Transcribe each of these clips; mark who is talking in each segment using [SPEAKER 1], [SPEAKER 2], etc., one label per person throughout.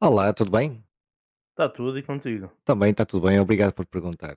[SPEAKER 1] Olá, tudo bem?
[SPEAKER 2] Está tudo e contigo?
[SPEAKER 1] Também está tudo bem, obrigado por perguntar.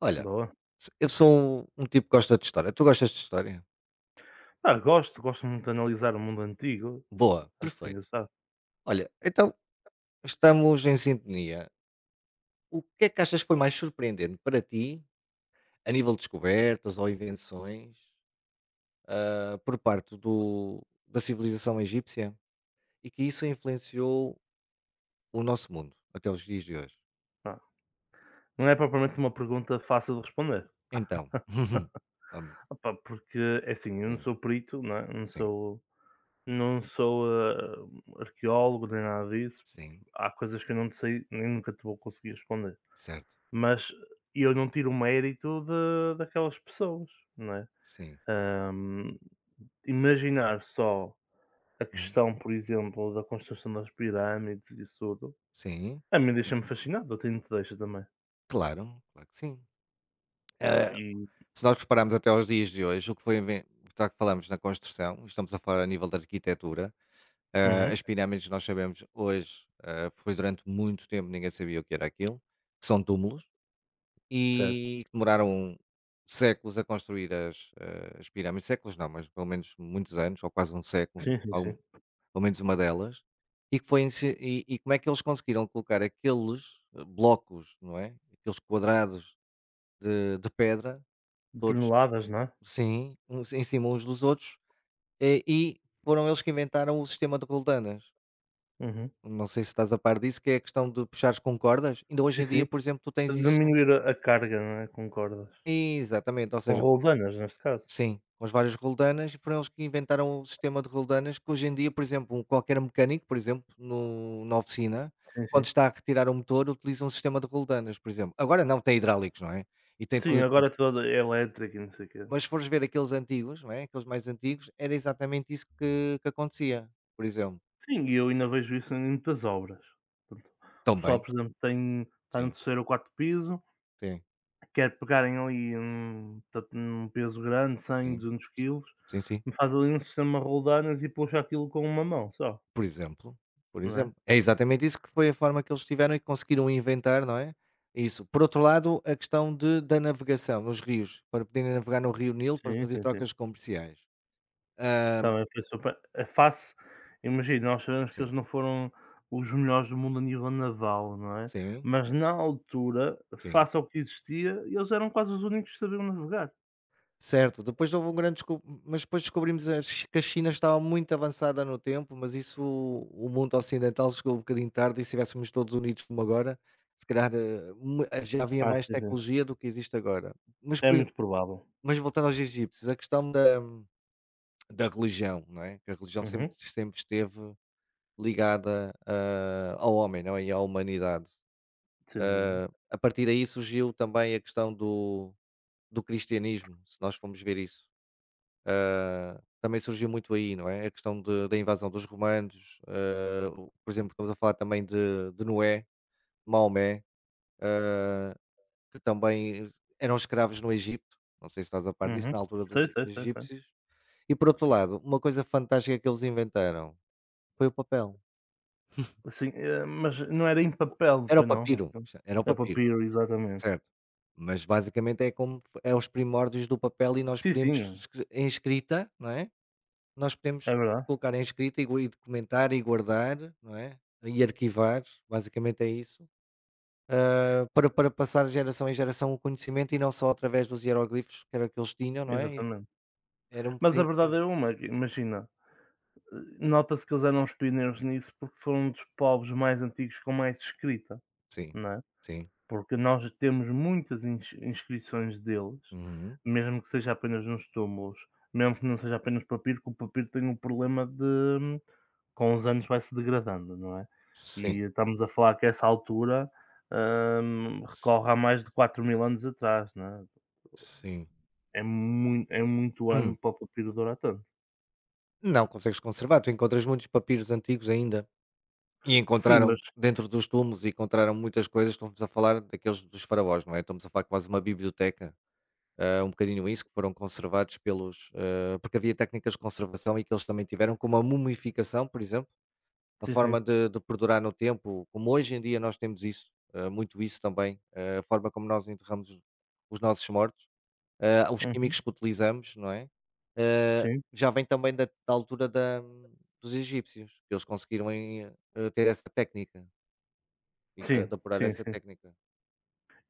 [SPEAKER 1] Olha,
[SPEAKER 2] Boa.
[SPEAKER 1] eu sou um tipo que gosta de história. Tu gostas de história?
[SPEAKER 2] Ah, gosto, gosto muito de analisar o mundo antigo,
[SPEAKER 1] Boa,
[SPEAKER 2] é muito
[SPEAKER 1] perfeito.
[SPEAKER 2] engraçado.
[SPEAKER 1] Olha, então estamos em sintonia. O que é que achas que foi mais surpreendente para ti, a nível de descobertas ou invenções, por parte do, da civilização egípcia e que isso influenciou o nosso mundo até os dias de hoje?
[SPEAKER 2] Pá, não é propriamente uma pergunta fácil de responder.
[SPEAKER 1] Então, vamos,
[SPEAKER 2] Opa, porque é assim, eu não
[SPEAKER 1] sim,
[SPEAKER 2] sou perito, não é, não
[SPEAKER 1] sim,
[SPEAKER 2] sou não sou, arqueólogo nem nada disso.
[SPEAKER 1] sim,
[SPEAKER 2] Há coisas que eu não te sei, nem nunca te vou conseguir responder.
[SPEAKER 1] certo,
[SPEAKER 2] Mas eu não tiro o mérito de daquelas pessoas, não é?
[SPEAKER 1] sim,
[SPEAKER 2] Hum, Imaginar só a
[SPEAKER 1] hum,
[SPEAKER 2] questão, por exemplo, da construção das pirâmides e isso tudo.
[SPEAKER 1] sim.
[SPEAKER 2] A mim deixa-me fascinado, a ti não te deixa também.
[SPEAKER 1] Claro, claro que sim.
[SPEAKER 2] Pá,
[SPEAKER 1] Eh,
[SPEAKER 2] e
[SPEAKER 1] Se nós repararmos até aos dias de hoje, o que foi inven já que falamos na construção, estamos a falar a nível da arquitetura,
[SPEAKER 2] uhum,
[SPEAKER 1] as pirâmides nós sabemos hoje, foi durante muito tempo ninguém sabia o que era aquilo, são túmulos
[SPEAKER 2] certo.
[SPEAKER 1] e demoraram séculos a construir as pirâmides, séculos não, mas pelo menos muitos anos, ou quase um século,
[SPEAKER 2] Sim, sim, sim.
[SPEAKER 1] pelo menos uma delas, e, que foi, e como é que eles conseguiram colocar aqueles blocos, não é? Aqueles quadrados de pedra todos.
[SPEAKER 2] Toneladas, não é?
[SPEAKER 1] Sim, uns em cima uns dos outros, e foram eles que inventaram o sistema de roldanas.
[SPEAKER 2] Uhum.
[SPEAKER 1] Não sei se estás a par disso, que é a questão de puxares com cordas. Ainda
[SPEAKER 2] Sim,
[SPEAKER 1] hoje em
[SPEAKER 2] sim.
[SPEAKER 1] dia, por exemplo, tu tens isso
[SPEAKER 2] Diminuir a carga, não é, com cordas.
[SPEAKER 1] exatamente, ou
[SPEAKER 2] Com
[SPEAKER 1] seja, co
[SPEAKER 2] roldanas, neste caso.
[SPEAKER 1] sim, com as várias roldanas, e foram eles que inventaram o sistema de roldanas, que hoje em dia, por exemplo, qualquer mecânico, por exemplo, no na oficina,
[SPEAKER 2] Sim, sim.
[SPEAKER 1] quando está a retirar um motor, utiliza um sistema de roldanas, por exemplo. Agora não, tem hidráulicos, não é? E tem
[SPEAKER 2] Sim,
[SPEAKER 1] tudo.
[SPEAKER 2] agora toda é toda elétrica e não sei o quê.
[SPEAKER 1] Mas se fores ver aqueles antigos, não é, aqueles mais antigos, era exatamente isso que acontecia, por exemplo.
[SPEAKER 2] Sim, e eu ainda vejo isso em muitas obras. Portanto, o pessoal,
[SPEAKER 1] Também,
[SPEAKER 2] por exemplo, tem está no
[SPEAKER 1] sim,
[SPEAKER 2] terceiro º ou 4 piso,
[SPEAKER 1] sim,
[SPEAKER 2] quer pegarem ali, portanto, num peso grande, 100,
[SPEAKER 1] sim,
[SPEAKER 2] 200 kg,
[SPEAKER 1] sim, sim,
[SPEAKER 2] faz ali um sistema de roldanas e puxa aquilo com uma mão só,
[SPEAKER 1] por exemplo, por
[SPEAKER 2] não é?
[SPEAKER 1] exemplo. É exatamente isso que foi a forma que eles tiveram e conseguiram inventar, não é, isso. Por outro lado, a questão de da navegação nos rios, para poderem navegar no rio Nilo para
[SPEAKER 2] Sim,
[SPEAKER 1] fazer
[SPEAKER 2] sim, sim.
[SPEAKER 1] trocas comerciais. Hã,
[SPEAKER 2] Também foi super eh, face imagina, nós sabemos que eles
[SPEAKER 1] sim,
[SPEAKER 2] não foram os melhores do mundo a nível naval, não é?
[SPEAKER 1] sim,
[SPEAKER 2] Mas na altura,
[SPEAKER 1] sim.
[SPEAKER 2] face ao que existia, eles eram quase os únicos que sabiam navegar.
[SPEAKER 1] Certo, depois houve um grande desco mas depois descobrimos as que a China estava muito avançada no tempo, mas isso o mundo ocidental chegou um bocadinho tarde e se estivéssemos todos unidos como agora, se calhar, eh, mu já havia
[SPEAKER 2] Ah,
[SPEAKER 1] mais
[SPEAKER 2] sim, sim.
[SPEAKER 1] tecnologia do que existe agora. Mas
[SPEAKER 2] É
[SPEAKER 1] por exe
[SPEAKER 2] muito provável.
[SPEAKER 1] mas voltando aos egípcios, a questão da religião, não é, que a religião sempre
[SPEAKER 2] Uhum,
[SPEAKER 1] sempre esteve ligada, ao homem, não é, e à humanidade.
[SPEAKER 2] sem dúvida.
[SPEAKER 1] A partir daí surgiu também a questão do cristianismo, se nós formos ver isso. Ah, também surgiu muito aí, não é? A questão da invasão dos romanos, por exemplo, estamos a falar também de Noé, Maomé, que também eram escravos no Egito, não sei se estás a par disso,
[SPEAKER 2] Uhum.
[SPEAKER 1] na altura
[SPEAKER 2] Sei,
[SPEAKER 1] dos
[SPEAKER 2] sei, sei, sei.
[SPEAKER 1] egípcios. E por outro lado, uma coisa fantástica que eles inventaram foi o papel.
[SPEAKER 2] Sim, mas não era em papel,
[SPEAKER 1] Era o
[SPEAKER 2] pois não?
[SPEAKER 1] papiro, era o
[SPEAKER 2] É
[SPEAKER 1] papiro,
[SPEAKER 2] papiro, exatamente.
[SPEAKER 1] certo? Mas basicamente é como é os primórdios do papel e nós
[SPEAKER 2] Sim,
[SPEAKER 1] podemos
[SPEAKER 2] sim,
[SPEAKER 1] em escrita, não é? Nós
[SPEAKER 2] é
[SPEAKER 1] podemos
[SPEAKER 2] verdade,
[SPEAKER 1] colocar em escrita e documentar e guardar, não é, e arquivar, basicamente é isso, para passar de geração em geração o conhecimento e não só através dos hieróglifos, que era o que eles tinham, não é,
[SPEAKER 2] exatamente.
[SPEAKER 1] era um
[SPEAKER 2] Mas a
[SPEAKER 1] bocadinho por
[SPEAKER 2] verdade
[SPEAKER 1] aí.
[SPEAKER 2] é uma, que imagina, nota-se que eles eram os pioneiros nisso, porque foram um dos povos mais antigos com mais escrita,
[SPEAKER 1] Sim,
[SPEAKER 2] não é?
[SPEAKER 1] sim,
[SPEAKER 2] Porque nós temos muitas inscrições deles,
[SPEAKER 1] uhum,
[SPEAKER 2] mesmo que seja apenas nos túmulos, mesmo que não seja apenas papiro, que o papiro tem um problema de, com os anos, vai se degradando, não é?
[SPEAKER 1] sim,
[SPEAKER 2] E estamos a falar que essa altura
[SPEAKER 1] s
[SPEAKER 2] recorre a mais de 4000 anos atrás, não é?
[SPEAKER 1] sim.
[SPEAKER 2] É muito ano
[SPEAKER 1] Hum,
[SPEAKER 2] para o papiro durar tanto.
[SPEAKER 1] não consegues conservar, tu encontras muitos papiros antigos ainda, e
[SPEAKER 2] Sim,
[SPEAKER 1] encontraram
[SPEAKER 2] mas
[SPEAKER 1] dentro dos túmulos, e encontraram muitas coisas, estamos a falar daqueles dos faraós, não é, estamos a falar quase uma biblioteca. Um bocadinho isso, que foram conservados pelos. Porque havia técnicas de conservação e que eles também tiveram, como a mumificação, por exemplo, a
[SPEAKER 2] sim, sim.
[SPEAKER 1] forma de perdurar no tempo, como hoje em dia nós temos isso, muito isso também, a forma como nós enterramos os nossos mortos, os
[SPEAKER 2] Uhum,
[SPEAKER 1] químicos que utilizamos, não é? Eh,
[SPEAKER 2] sim.
[SPEAKER 1] Já vem também da altura dos egípcios, que eles conseguiram ter essa técnica e de,
[SPEAKER 2] Sim,
[SPEAKER 1] de apurar
[SPEAKER 2] sim,
[SPEAKER 1] essa
[SPEAKER 2] sim.
[SPEAKER 1] técnica.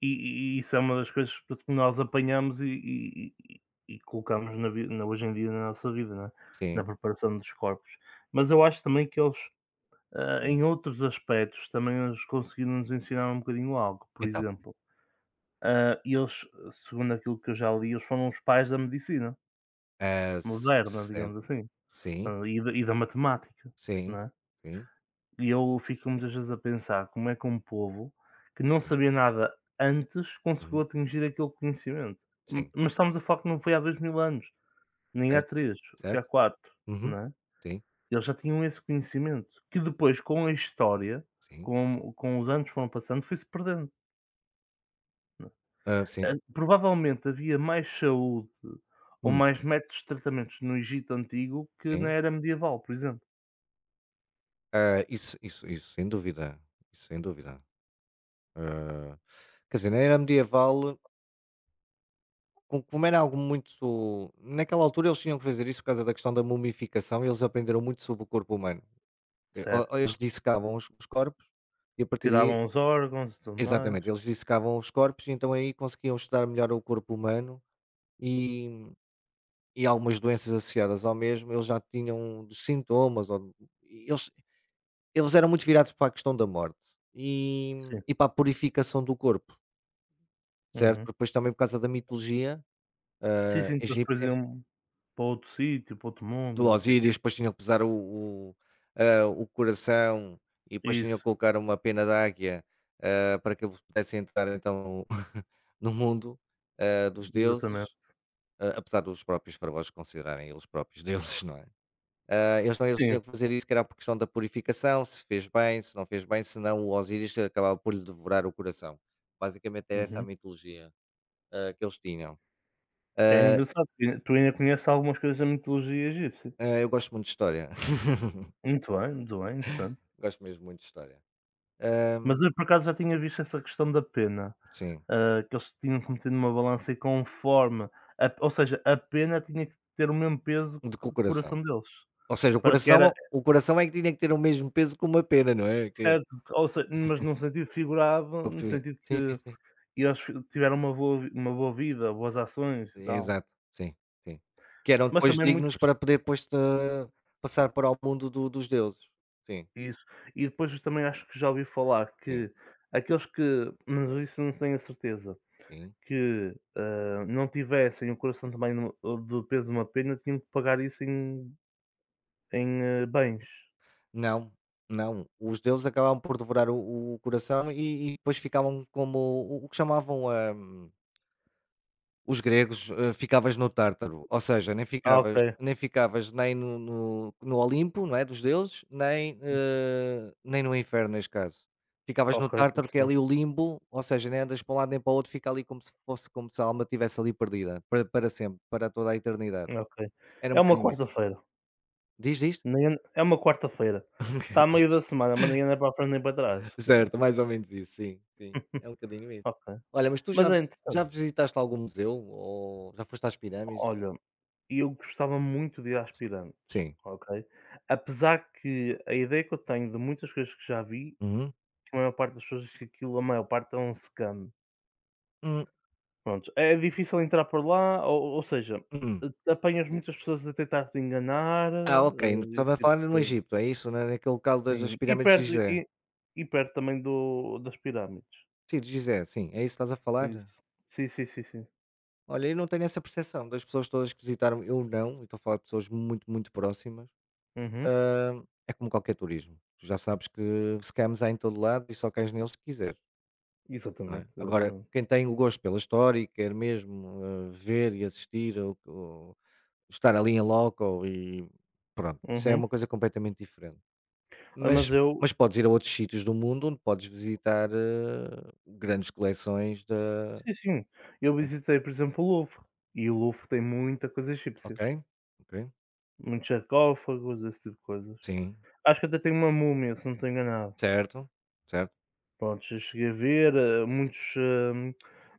[SPEAKER 2] E isso é uma das coisas que nós apanhamos e colocamos na hoje em dia na nossa vida, não é, na
[SPEAKER 1] Sim.
[SPEAKER 2] preparação dos corpos. Mas eu acho também que eles, em
[SPEAKER 1] Hum.
[SPEAKER 2] outros aspectos também eles conseguiram nos ensinar um bocadinho algo. Por
[SPEAKER 1] Então,
[SPEAKER 2] exemplo, eles, segundo aquilo que eu já li, eles foram os pais da medicina moderna,
[SPEAKER 1] certo,
[SPEAKER 2] digamos assim,
[SPEAKER 1] sim.
[SPEAKER 2] e da matemática, não
[SPEAKER 1] Sim,
[SPEAKER 2] é?
[SPEAKER 1] sim,
[SPEAKER 2] E eu fico muitas vezes a pensar como é que um povo que não
[SPEAKER 1] sim.
[SPEAKER 2] sabia nada antes conseguiu
[SPEAKER 1] Uhum.
[SPEAKER 2] atingir aquele conhecimento. M
[SPEAKER 1] Sim,
[SPEAKER 2] mas estamos a falar que não foi há 2000 anos, nem há
[SPEAKER 1] certo,
[SPEAKER 2] três, foi há
[SPEAKER 1] certo.
[SPEAKER 2] quatro,
[SPEAKER 1] Uhum.
[SPEAKER 2] não é?
[SPEAKER 1] Sim,
[SPEAKER 2] Eles já tinham esse conhecimento, que depois com a história,
[SPEAKER 1] sim.
[SPEAKER 2] com os anos que foram passando, foi-se perdendo. Ah,
[SPEAKER 1] Sim.
[SPEAKER 2] provavelmente havia mais saúde ou
[SPEAKER 1] Hum,
[SPEAKER 2] mais métodos de tratamentos no Egito antigo que na
[SPEAKER 1] sim.
[SPEAKER 2] era medieval, por exemplo.
[SPEAKER 1] Ah, isso isso isso sem dúvida, isso sem dúvida. Hã, Quer dizer, na era medieval, co como era algo muito naquela altura eles tinham que fazer isso por causa da questão da mumificação e eles aprenderam muito sobre o corpo humano. E ou
[SPEAKER 2] Certo.
[SPEAKER 1] ou eles dissecavam os corpos e a partir daí
[SPEAKER 2] Tiravam os órgãos e tudo mais.
[SPEAKER 1] exatamente, eles dissecavam os corpos e então aí conseguiam estudar melhor o corpo humano e e algumas doenças associadas ao mesmo, eles já tinham dos sintomas, ou, e eles eram muito virados para a questão da morte e,
[SPEAKER 2] Sim.
[SPEAKER 1] e para a purificação do corpo, certo?
[SPEAKER 2] Uhum.
[SPEAKER 1] Porque depois também por causa da mitologia
[SPEAKER 2] Sim, sim, que eles
[SPEAKER 1] egípcia,
[SPEAKER 2] depois para outro sítio, para outro mundo
[SPEAKER 1] do
[SPEAKER 2] e não sei o quê.
[SPEAKER 1] Osíris, depois tinham que pesar o, o coração e depois tinham que
[SPEAKER 2] Isso,
[SPEAKER 1] colocar uma pena de águia para que eles pudessem entrar então no mundo dos
[SPEAKER 2] exatamente.
[SPEAKER 1] deuses, apesar dos próprios faraós considerarem eles próprios deuses, não é? Ah, Eles não eles
[SPEAKER 2] Sim,
[SPEAKER 1] tinham que fazer isso, que era por questão da purificação, se fez bem, se não fez bem, senão o Osíris acabava por lhe devorar o coração. Basicamente era essa a
[SPEAKER 2] uhum.
[SPEAKER 1] mitologia que eles tinham.
[SPEAKER 2] É
[SPEAKER 1] Ah,
[SPEAKER 2] engraçado, porque tu ainda conheces algumas coisas da mitologia egípcia.
[SPEAKER 1] ah, eu gosto muito de história,
[SPEAKER 2] Muito bem, interessante.
[SPEAKER 1] gosto mesmo muito de história. Ah,
[SPEAKER 2] Mas eu por acaso já tinha visto essa questão da pena,
[SPEAKER 1] sim,
[SPEAKER 2] ah, que eles tinham que meter numa balança, e conforme a, ou seja, a pena tinha que ter o mesmo peso
[SPEAKER 1] de com
[SPEAKER 2] que
[SPEAKER 1] o
[SPEAKER 2] o
[SPEAKER 1] coração.
[SPEAKER 2] coração deles,
[SPEAKER 1] Ou seja,
[SPEAKER 2] para que era
[SPEAKER 1] o coração é que tinha que ter o mesmo peso que uma pena, não é? Que,
[SPEAKER 2] certo, ou se mas num sentido
[SPEAKER 1] que
[SPEAKER 2] figurado,
[SPEAKER 1] eu
[SPEAKER 2] no
[SPEAKER 1] percebi.
[SPEAKER 2] sentido
[SPEAKER 1] Sim, sim,
[SPEAKER 2] que
[SPEAKER 1] sim.
[SPEAKER 2] eles tiveram uma uma boa vida, boas ações e tal.
[SPEAKER 1] Exato, sim, sim. Que eram
[SPEAKER 2] Mas
[SPEAKER 1] depois
[SPEAKER 2] também muito
[SPEAKER 1] dignos para poder depois passar para o mundo dos deuses. Sim,
[SPEAKER 2] isso. E depois também acho que já ouvi falar
[SPEAKER 1] sim,
[SPEAKER 2] que aqueles que, mas isso não tenho a certeza,
[SPEAKER 1] sim.
[SPEAKER 2] que, não tivessem o coração também no do peso de uma pena, tinham que pagar isso em bens.
[SPEAKER 1] Não, não. Os deuses acabavam por devorar o coração e depois ficavam como o que chamavam, os gregos, "ficavas no Tártaro", ou seja, nem
[SPEAKER 2] Ah, ok,
[SPEAKER 1] ficavas nem ficavas nem no Olimpo, não é, dos deuses, nem no inferno neste caso. Ficavas no
[SPEAKER 2] ok, estou a
[SPEAKER 1] Tártaro, que é ali
[SPEAKER 2] perceber.
[SPEAKER 1] o limbo, ou seja, nem andas para um lado nem para o outro, fica ali como se fosse como se a alma estivesse ali perdida, para sempre, para toda a eternidade.
[SPEAKER 2] Ok.
[SPEAKER 1] Era um
[SPEAKER 2] É uma
[SPEAKER 1] bocadinho isso.
[SPEAKER 2] quarta-feira,
[SPEAKER 1] Diz, diz?
[SPEAKER 2] nem an é uma quarta-feira. Está a meio da semana, mas ninguém anda para a frente nem para trás. Então,
[SPEAKER 1] Certo, mais ou menos isso, sim, sim, é um bocadinho isso.
[SPEAKER 2] ok.
[SPEAKER 1] Olha, mas tu
[SPEAKER 2] Mas
[SPEAKER 1] já
[SPEAKER 2] é
[SPEAKER 1] já
[SPEAKER 2] interessante.
[SPEAKER 1] visitaste algum museu ou já foste às pirâmides?
[SPEAKER 2] Olha, e eu gostava muito de ir a Aspirantes,
[SPEAKER 1] Sim.
[SPEAKER 2] ok? Apesar que a ideia que eu tenho de muitas coisas que já vi,
[SPEAKER 1] Uhum.
[SPEAKER 2] que a maior parte das pessoas diz que aquilo, a maior parte é um scam.
[SPEAKER 1] Hum,
[SPEAKER 2] Pronto. É difícil entrar por lá, ou seja,
[SPEAKER 1] hum.
[SPEAKER 2] apanhas muitas pessoas a tentar te enganar,
[SPEAKER 1] Ah, ok,
[SPEAKER 2] esse
[SPEAKER 1] estava a
[SPEAKER 2] tipo
[SPEAKER 1] falar
[SPEAKER 2] de
[SPEAKER 1] no
[SPEAKER 2] coisa,
[SPEAKER 1] Egito, é isso? Né, naquele local das
[SPEAKER 2] sim.
[SPEAKER 1] das pirâmides de Gizé.
[SPEAKER 2] E perto também do das pirâmides.
[SPEAKER 1] Sim, de Gizé, sim, é isso que estás a falar?
[SPEAKER 2] Isso. Sim, sim, sim, sim.
[SPEAKER 1] Olha, eu não tenho essa percepção das pessoas todas que visitaram, eu não, e estou a falar de pessoas muito, muito próximas.
[SPEAKER 2] Uhum.
[SPEAKER 1] É como qualquer turismo, tu já sabes que scams há em todo lado e só cais neles se quiseres. Não é?
[SPEAKER 2] Exatamente,
[SPEAKER 1] Agora,
[SPEAKER 2] exatamente.
[SPEAKER 1] quem tem o gosto pela história e quer mesmo, ver e assistir ou estar ali em loco e pronto, isso é
[SPEAKER 2] Uhum.
[SPEAKER 1] uma coisa completamente diferente.
[SPEAKER 2] Ah,
[SPEAKER 1] Mas
[SPEAKER 2] mas eu.
[SPEAKER 1] mas podes ir a outros sítios do mundo onde podes visitar, grandes coleções da
[SPEAKER 2] Sim, sim. Eu visitei, por exemplo, o Louvre, e o Louvre tem muita coisa egípcia,
[SPEAKER 1] ok, ok,
[SPEAKER 2] muitos sarcófagos, esse tipo de coisas.
[SPEAKER 1] sim,
[SPEAKER 2] Acho que até tem uma múmia, se não estou enganado.
[SPEAKER 1] certo, certo,
[SPEAKER 2] Pronto, já cheguei a ver, muitos,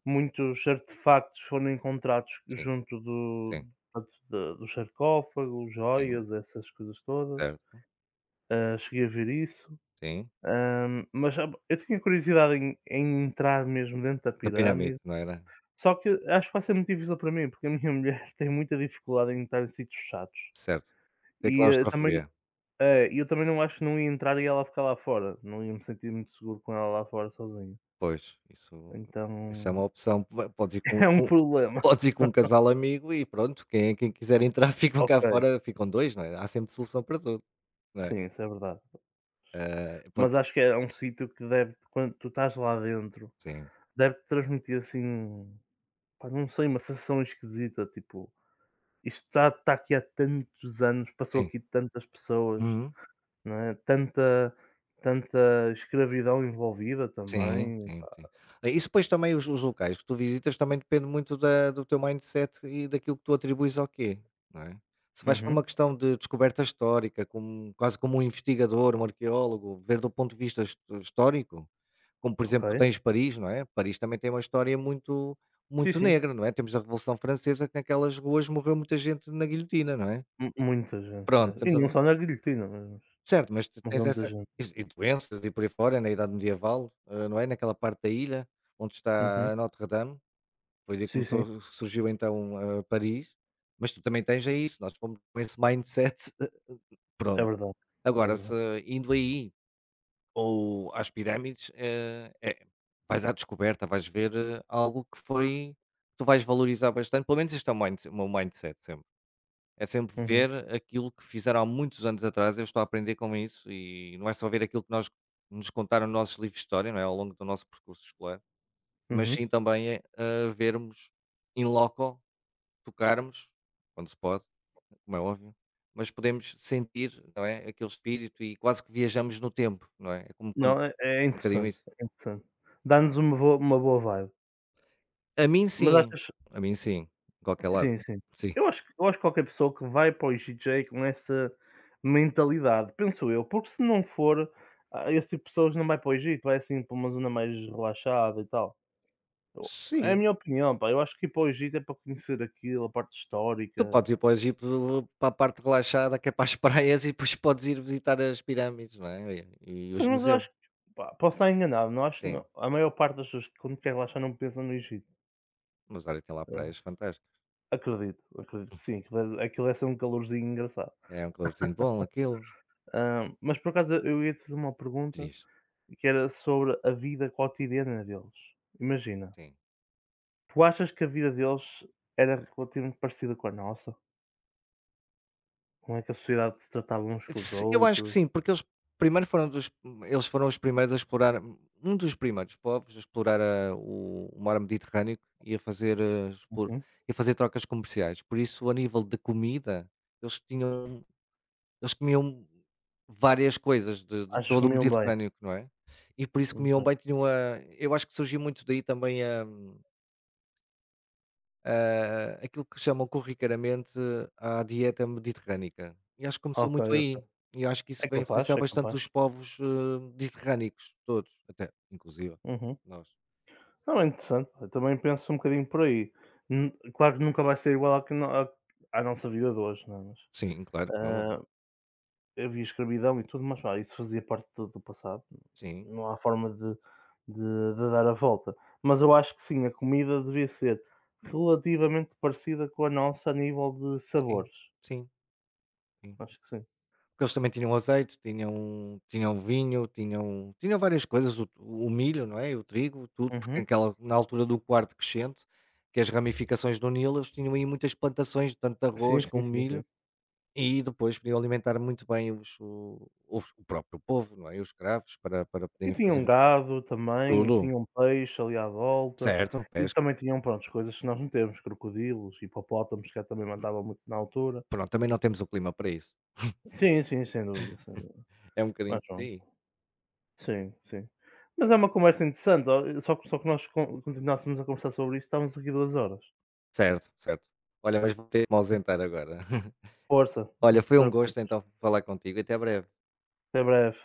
[SPEAKER 2] muitos artefactos foram encontrados
[SPEAKER 1] sim,
[SPEAKER 2] junto do
[SPEAKER 1] sim,
[SPEAKER 2] portanto, da dos sarcófagos,
[SPEAKER 1] sim,
[SPEAKER 2] joias, essas coisas todas.
[SPEAKER 1] certo,
[SPEAKER 2] Ah, cheguei a ver isso,
[SPEAKER 1] sim.
[SPEAKER 2] mas sabe, eu tinha curiosidade em entrar mesmo dentro da
[SPEAKER 1] Da
[SPEAKER 2] pirâmide.
[SPEAKER 1] pirâmide, não era?
[SPEAKER 2] Só que acho que vai ser muito difícil para mim, porque a minha mulher tem muita dificuldade em estar em sítios chatos.
[SPEAKER 1] Certo. Tem
[SPEAKER 2] E, também
[SPEAKER 1] claustrofobia.
[SPEAKER 2] é, eu também não acho que não ia entrar e ela ficar lá fora. Não ia me sentir muito seguro com ela lá fora sozinho.
[SPEAKER 1] Pois, isso é
[SPEAKER 2] Então
[SPEAKER 1] uma opção. Po podes ir
[SPEAKER 2] é um
[SPEAKER 1] com
[SPEAKER 2] problema.
[SPEAKER 1] podes ir com um casal amigo e pronto, quem quiser entrar ficam
[SPEAKER 2] Ok,
[SPEAKER 1] cá fora, ficam 2 não é? Há sempre solução para tudo, não é?
[SPEAKER 2] sim, isso é verdade. Mas
[SPEAKER 1] Podes,
[SPEAKER 2] acho que é um sítio que deve, quando tu estás lá dentro,
[SPEAKER 1] sim,
[SPEAKER 2] deve-te transmitir assim, pá, não sei, uma sensação esquisita, tipo, isto está aqui há tantos anos, passou
[SPEAKER 1] sim.
[SPEAKER 2] aqui tantas pessoas.
[SPEAKER 1] Uhum.
[SPEAKER 2] Não é? Tanta, tanta escravidão envolvida
[SPEAKER 1] Sim,
[SPEAKER 2] também.
[SPEAKER 1] sim, sim. Isso depois também os locais que tu visitas também depende muito da do teu mindset e daquilo que tu atribuis ao quê, não é? Se vais para
[SPEAKER 2] Uhum,
[SPEAKER 1] uma questão de descoberta histórica, como quase como um investigador, um arqueólogo, ver do ponto de vista histórico. Como, por
[SPEAKER 2] ok.
[SPEAKER 1] exemplo, tu tens Paris, não é? Paris também tem uma história muito
[SPEAKER 2] Sim,
[SPEAKER 1] muito
[SPEAKER 2] sim.
[SPEAKER 1] negra, não é? Temos a Revolução Francesa que naquelas ruas morreu muita gente na guilhotina, não é?
[SPEAKER 2] Mu muita gente
[SPEAKER 1] Pronto,
[SPEAKER 2] mesmo. E
[SPEAKER 1] temos a
[SPEAKER 2] não só na guilhotina,
[SPEAKER 1] certo, mas tu
[SPEAKER 2] mas há
[SPEAKER 1] tens
[SPEAKER 2] muita
[SPEAKER 1] essa
[SPEAKER 2] gente.
[SPEAKER 1] is e doenças e por aí fora, na idade medieval, não é? Naquela parte da ilha onde
[SPEAKER 2] Uhum.
[SPEAKER 1] está a Notre Dame, foi daí que
[SPEAKER 2] Sim, sim,
[SPEAKER 1] começou surgiu então, Paris, mas tu também tens é isso, nós fomos com esse mindset,
[SPEAKER 2] é
[SPEAKER 1] pronto.
[SPEAKER 2] verdade, é
[SPEAKER 1] Agora se
[SPEAKER 2] verdade.
[SPEAKER 1] indo aí ou às pirâmides, é. Vais à descoberta, vais ver, algo que foi que tu vais valorizar bastante, pelo menos este é o meu mindset sempre. É sempre
[SPEAKER 2] Uhum,
[SPEAKER 1] ver aquilo que fizeram há muitos anos atrás, eu estou a aprender com isso e não é só ver aquilo que nós nos contaram nos nossos livros de história, não é, ao longo do nosso percurso escolar, mas
[SPEAKER 2] uhum.
[SPEAKER 1] sim também é, vermos in loco, tocarmos, quando se pode, como é óbvio, mas podemos sentir, não é, aquele espírito e quase que viajamos no tempo, não é? É como quando é
[SPEAKER 2] Não, é
[SPEAKER 1] um bocadinho
[SPEAKER 2] interessante,
[SPEAKER 1] isso.
[SPEAKER 2] é interessante. Dá-nos uma boa vibe.
[SPEAKER 1] A mim
[SPEAKER 2] Mas
[SPEAKER 1] sim,
[SPEAKER 2] achas,
[SPEAKER 1] a mim sim, qualquer lado.
[SPEAKER 2] sim, sim.
[SPEAKER 1] Sim,
[SPEAKER 2] Eu acho que qualquer pessoa que vai para o IGJ com essa mentalidade, penso eu, porque se não for, ah, esse tipo de pessoas não vai para o Egito, vai assim para uma zona mais relaxada e tal. Eu É a
[SPEAKER 1] sim,
[SPEAKER 2] minha opinião, pá, eu acho que ir para o Egito é para conhecer aquilo, a parte
[SPEAKER 1] tu
[SPEAKER 2] histórica.
[SPEAKER 1] podes ir para o Egito para a parte relaxada que é para as praias e depois podes ir visitar as pirâmides, não é? E
[SPEAKER 2] Pois,
[SPEAKER 1] os
[SPEAKER 2] mas eu
[SPEAKER 1] museus.
[SPEAKER 2] acho que, pá, posso estar enganado, não acho, não,
[SPEAKER 1] Sim,
[SPEAKER 2] a maior parte das pessoas, que quando quer relaxar, não pensam no Egito.
[SPEAKER 1] mas olha, tem lá
[SPEAKER 2] Ah,
[SPEAKER 1] praias fantásticas.
[SPEAKER 2] acredito, acredito que sim, aquilo deve ser um calorzinho engraçado.
[SPEAKER 1] É um calorzinho bom aquilo.
[SPEAKER 2] Ah, mas por acaso eu ia-te fazer uma pergunta,
[SPEAKER 1] Diz,
[SPEAKER 2] que era sobre a vida quotidiana deles. Imagina,
[SPEAKER 1] sim.
[SPEAKER 2] tu achas que a vida deles era relativamente parecida com a nossa? Como é que a sociedade se tratava uns com os
[SPEAKER 1] Eu acho que
[SPEAKER 2] outros?
[SPEAKER 1] sim, porque primeiro foram dos, eles foram os primeiros a explorar, um dos primeiros povos a explorar o mar Mediterrâneo e a fazer, ah, expor-
[SPEAKER 2] Uhum.
[SPEAKER 1] e a fazer trocas comerciais. Por isso, a nível de comida, eles tinham eles comiam várias coisas de
[SPEAKER 2] Achas que
[SPEAKER 1] todo o
[SPEAKER 2] comiam bem?
[SPEAKER 1] Mediterrâneo, não é? E por isso comiam bem,
[SPEAKER 2] Ok,
[SPEAKER 1] tinham a eu acho que surgiu muito daí também a aquilo que chamam corriqueiramente a dieta mediterrânica. E acho que começou
[SPEAKER 2] ok,
[SPEAKER 1] muito
[SPEAKER 2] ok.
[SPEAKER 1] aí, e acho que isso
[SPEAKER 2] É
[SPEAKER 1] vai
[SPEAKER 2] capaz,
[SPEAKER 1] influenciar
[SPEAKER 2] é
[SPEAKER 1] bastante
[SPEAKER 2] capaz.
[SPEAKER 1] os povos, mediterrânicos todos, até inclusive
[SPEAKER 2] Uhum.
[SPEAKER 1] nós.
[SPEAKER 2] Não, é interessante. Eu também penso um bocadinho por aí. Claro que nunca vai ser igual à que no à nossa vida de hoje, não é, mas,
[SPEAKER 1] Sim, claro, como é óbvio.
[SPEAKER 2] ah, havia escravidão e tudo, mas vá, isso fazia parte do passado.
[SPEAKER 1] Sim,
[SPEAKER 2] Não há forma de dar a volta. Mas eu acho que sim, a comida devia ser relativamente parecida com a nossa a nível de
[SPEAKER 1] sim,
[SPEAKER 2] sabores.
[SPEAKER 1] sim, sim.
[SPEAKER 2] Acho que sim.
[SPEAKER 1] Porque eles também tinham azeite, tinham vinho, tinham várias coisas, o milho, não é, o trigo, tudo, porque
[SPEAKER 2] Uhum.
[SPEAKER 1] aquela na altura do quarto crescente, que é as ramificações do Nilo, eles tinham aí muitas plantações, tanto de
[SPEAKER 2] Sim,
[SPEAKER 1] arroz
[SPEAKER 2] sim,
[SPEAKER 1] como
[SPEAKER 2] sim, sim.
[SPEAKER 1] milho, e depois podiam alimentar muito bem os o próprio povo, não é, os escravos para
[SPEAKER 2] E
[SPEAKER 1] poderem
[SPEAKER 2] tinham
[SPEAKER 1] fazer
[SPEAKER 2] gado também, e
[SPEAKER 1] tudo,
[SPEAKER 2] tinham peixe ali à volta,
[SPEAKER 1] certo,
[SPEAKER 2] e
[SPEAKER 1] pesca.
[SPEAKER 2] também tinham, prontos, coisas que nós não temos, crocodilos, hipopótamos, que eu também mandava muito na altura.
[SPEAKER 1] Pronto, também não temos o clima para isso.
[SPEAKER 2] Sim, sim, sem dúvida, sem dúvida.
[SPEAKER 1] É um bocadinho
[SPEAKER 2] Mais
[SPEAKER 1] por
[SPEAKER 2] vale.
[SPEAKER 1] aí.
[SPEAKER 2] Sim, sim. Mas é uma conversa interessante, ó, e só que nós continuássemos a conversar sobre isto, estávamos aqui 2 horas.
[SPEAKER 1] Certo, certo. Olha, mas vou ter que me ausentar agora.
[SPEAKER 2] Força, não
[SPEAKER 1] Olha,
[SPEAKER 2] te
[SPEAKER 1] foi um gosto
[SPEAKER 2] preocupes,
[SPEAKER 1] então falar contigo, até breve.
[SPEAKER 2] até breve.